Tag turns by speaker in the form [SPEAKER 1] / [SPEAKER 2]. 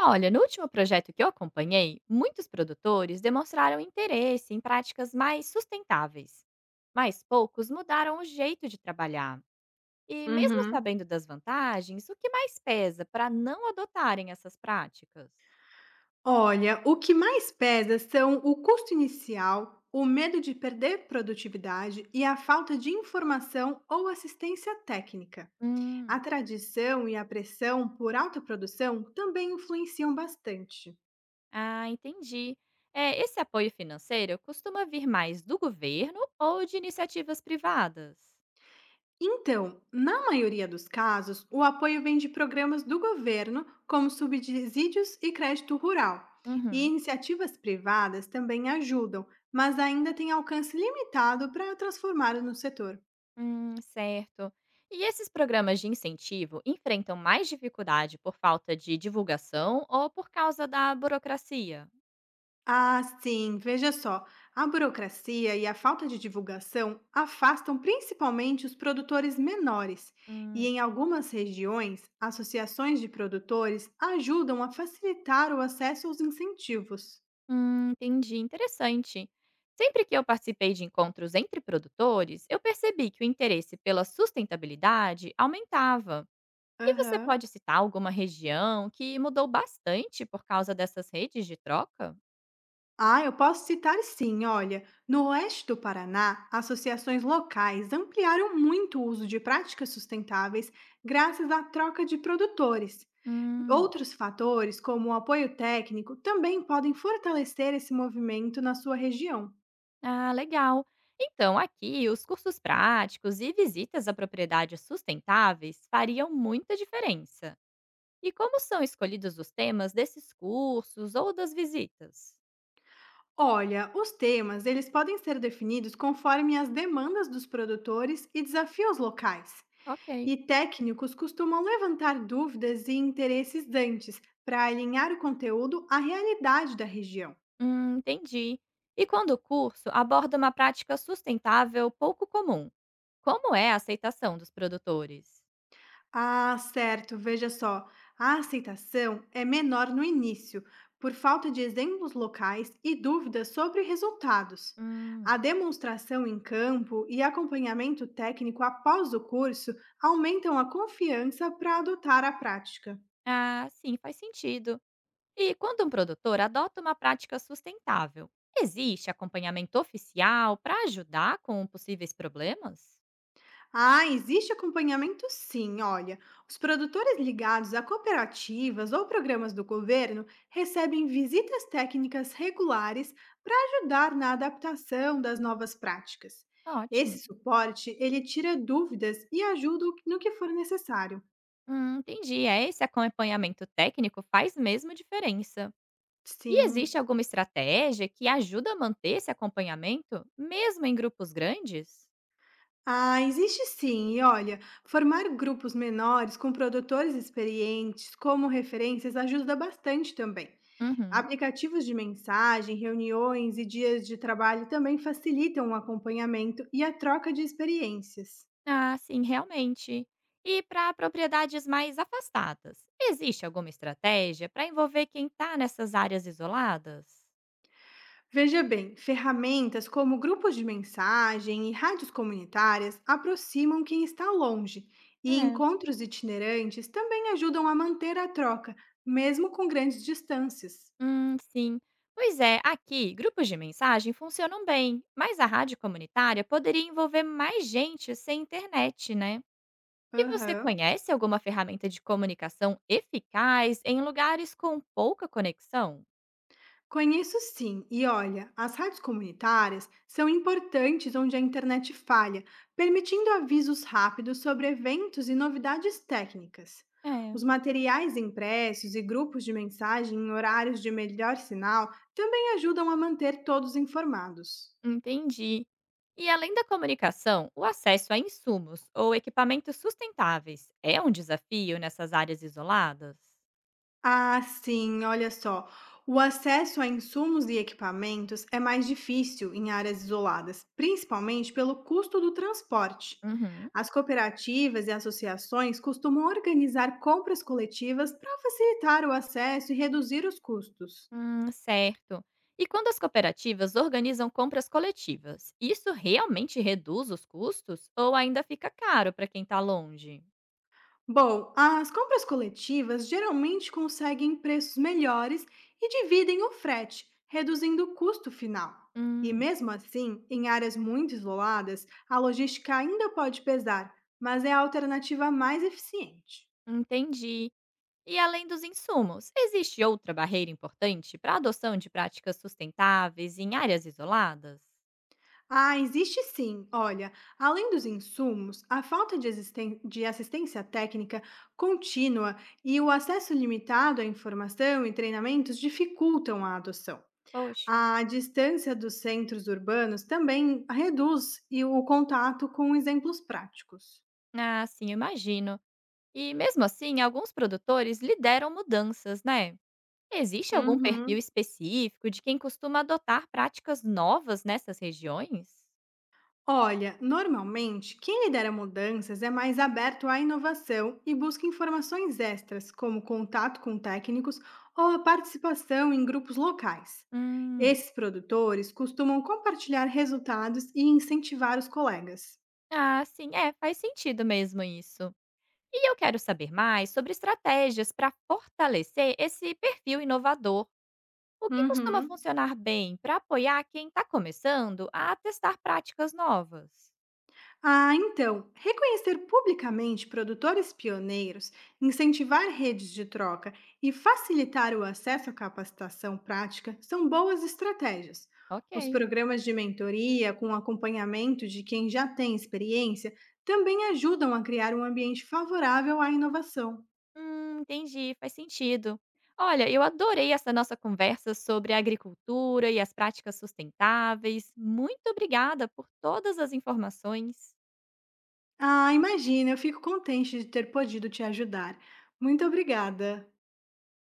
[SPEAKER 1] Olha, no último projeto que eu acompanhei, muitos produtores demonstraram interesse em práticas mais sustentáveis, mas poucos mudaram o jeito de trabalhar. E mesmo
[SPEAKER 2] Uhum.
[SPEAKER 1] sabendo das vantagens, o que mais pesa para não adotarem essas práticas?
[SPEAKER 2] Olha, o que mais pesa são o custo inicial, o medo de perder produtividade e a falta de informação ou assistência técnica. A
[SPEAKER 1] Hum,
[SPEAKER 2] tradição e a pressão por alta produção também influenciam bastante.
[SPEAKER 1] ah, entendi. É, esse apoio financeiro costuma vir mais do governo ou de iniciativas privadas?
[SPEAKER 2] Então, na maioria dos casos, o apoio vem de programas do governo, como subsídios e crédito rural. E
[SPEAKER 1] Uhum.
[SPEAKER 2] iniciativas privadas também ajudam, mas ainda têm alcance limitado para transformar no setor.
[SPEAKER 1] Certo. E esses programas de incentivo enfrentam mais dificuldade por falta de divulgação ou por causa da burocracia?
[SPEAKER 2] Ah, sim, veja só. A burocracia e a falta de divulgação afastam principalmente os produtores menores, e
[SPEAKER 1] Hum,
[SPEAKER 2] em algumas regiões, associações de produtores ajudam a facilitar o acesso aos incentivos.
[SPEAKER 1] entendi, interessante. Sempre que eu participei de encontros entre produtores, eu percebi que o interesse pela sustentabilidade aumentava. E você
[SPEAKER 2] Aham.
[SPEAKER 1] pode citar alguma região que mudou bastante por causa dessas redes de troca?
[SPEAKER 2] Ah, eu posso citar sim, olha. No oeste do Paraná, associações locais ampliaram muito o uso de práticas sustentáveis graças à troca de produtores.
[SPEAKER 1] Hum.
[SPEAKER 2] Outros fatores, como o apoio técnico, também podem fortalecer esse movimento na sua região.
[SPEAKER 1] Ah, legal. Então, aqui, os cursos práticos e visitas a propriedades sustentáveis fariam muita diferença. E como são escolhidos os temas desses cursos ou das visitas?
[SPEAKER 2] Olha, os temas, eles podem ser definidos conforme as demandas dos produtores e desafios locais.
[SPEAKER 1] Ok.
[SPEAKER 2] E técnicos costumam levantar dúvidas e interesses dantes para alinhar o conteúdo à realidade da região.
[SPEAKER 1] Entendi. E quando o curso aborda uma prática sustentável pouco comum? Como é a aceitação dos produtores?
[SPEAKER 2] Ah, certo. Veja só, a aceitação é menor no início, por falta de exemplos locais e dúvidas sobre resultados. A
[SPEAKER 1] Hum,
[SPEAKER 2] demonstração em campo e acompanhamento técnico após o curso aumentam a confiança para adotar a prática.
[SPEAKER 1] ah, sim, faz sentido. E quando um produtor adota uma prática sustentável, existe acompanhamento oficial para ajudar com possíveis problemas?
[SPEAKER 2] Ah, existe acompanhamento sim, olha. Os produtores ligados a cooperativas ou programas do governo recebem visitas técnicas regulares para ajudar na adaptação das novas práticas.
[SPEAKER 1] Ótimo.
[SPEAKER 2] Esse suporte, ele tira dúvidas e ajuda no que for necessário.
[SPEAKER 1] Entendi. É, esse acompanhamento técnico faz mesmo diferença. E
[SPEAKER 2] Sim.
[SPEAKER 1] existe alguma estratégia que ajuda a manter esse acompanhamento, mesmo em grupos grandes?
[SPEAKER 2] Ah, existe sim, e olha, formar grupos menores com produtores experientes como referências ajuda bastante também.
[SPEAKER 1] Uhum.
[SPEAKER 2] Aplicativos de mensagem, reuniões e dias de trabalho também facilitam o acompanhamento e a troca de experiências.
[SPEAKER 1] Ah, sim, realmente. E para propriedades mais afastadas, existe alguma estratégia para envolver quem está nessas áreas isoladas?
[SPEAKER 2] Veja bem, ferramentas como grupos de mensagem e rádios comunitárias aproximam quem está longe, e
[SPEAKER 1] É.
[SPEAKER 2] encontros itinerantes também ajudam a manter a troca, mesmo com grandes distâncias.
[SPEAKER 1] Sim. Pois é, aqui, grupos de mensagem funcionam bem, mas a rádio comunitária poderia envolver mais gente sem internet, né? E você
[SPEAKER 2] Aham.
[SPEAKER 1] conhece alguma ferramenta de comunicação eficaz em lugares com pouca conexão?
[SPEAKER 2] Conheço sim, e olha, as rádios comunitárias são importantes onde a internet falha, permitindo avisos rápidos sobre eventos e novidades técnicas.
[SPEAKER 1] É,
[SPEAKER 2] Os materiais impressos e grupos de mensagem em horários de melhor sinal também ajudam a manter todos informados.
[SPEAKER 1] entendi. E além da comunicação, o acesso a insumos ou equipamentos sustentáveis é um desafio nessas áreas isoladas?
[SPEAKER 2] Ah, sim, olha só. O acesso a insumos e equipamentos é mais difícil em áreas isoladas, principalmente pelo custo do transporte.
[SPEAKER 1] Uhum.
[SPEAKER 2] As cooperativas e associações costumam organizar compras coletivas para facilitar o acesso e reduzir os custos.
[SPEAKER 1] Certo. E quando as cooperativas organizam compras coletivas, isso realmente reduz os custos ou ainda fica caro para quem está longe?
[SPEAKER 2] Bom, as compras coletivas geralmente conseguem preços melhores e dividem o frete, reduzindo o custo final. E
[SPEAKER 1] Hum,
[SPEAKER 2] mesmo assim, em áreas muito isoladas, a logística ainda pode pesar, mas é a alternativa mais eficiente.
[SPEAKER 1] entendi. E além dos insumos, existe outra barreira importante para a adoção de práticas sustentáveis em áreas isoladas?
[SPEAKER 2] Ah, existe sim. Olha, além dos insumos, a de assistência técnica contínua e o acesso limitado à informação e treinamentos dificultam a adoção.
[SPEAKER 1] Poxa.
[SPEAKER 2] A distância dos centros urbanos também reduz e o contato com exemplos práticos.
[SPEAKER 1] Ah, sim, imagino. E mesmo assim, alguns produtores lideram mudanças, né? Existe algum
[SPEAKER 2] Uhum.
[SPEAKER 1] perfil específico de quem costuma adotar práticas novas nessas regiões?
[SPEAKER 2] Olha, normalmente, quem lidera mudanças é mais aberto à inovação e busca informações extras, como contato com técnicos ou a participação em grupos locais.
[SPEAKER 1] Hum,
[SPEAKER 2] Esses produtores costumam compartilhar resultados e incentivar os colegas.
[SPEAKER 1] ah, sim, é, faz sentido mesmo isso. E eu quero saber mais sobre estratégias para fortalecer esse perfil inovador. O que costuma
[SPEAKER 2] Uhum.
[SPEAKER 1] funcionar bem para apoiar quem está começando a testar práticas novas?
[SPEAKER 2] Ah, então, reconhecer publicamente produtores pioneiros, incentivar redes de troca e facilitar o acesso à capacitação prática são boas estratégias. Os
[SPEAKER 1] Ok.
[SPEAKER 2] programas de mentoria, com acompanhamento de quem já tem experiência, também ajudam a criar um ambiente favorável à inovação.
[SPEAKER 1] Entendi, faz sentido. Olha, eu adorei essa nossa conversa sobre a agricultura e as práticas sustentáveis. Muito obrigada por todas as informações.
[SPEAKER 2] Ah, imagina, eu fico contente de ter podido te ajudar. Muito obrigada!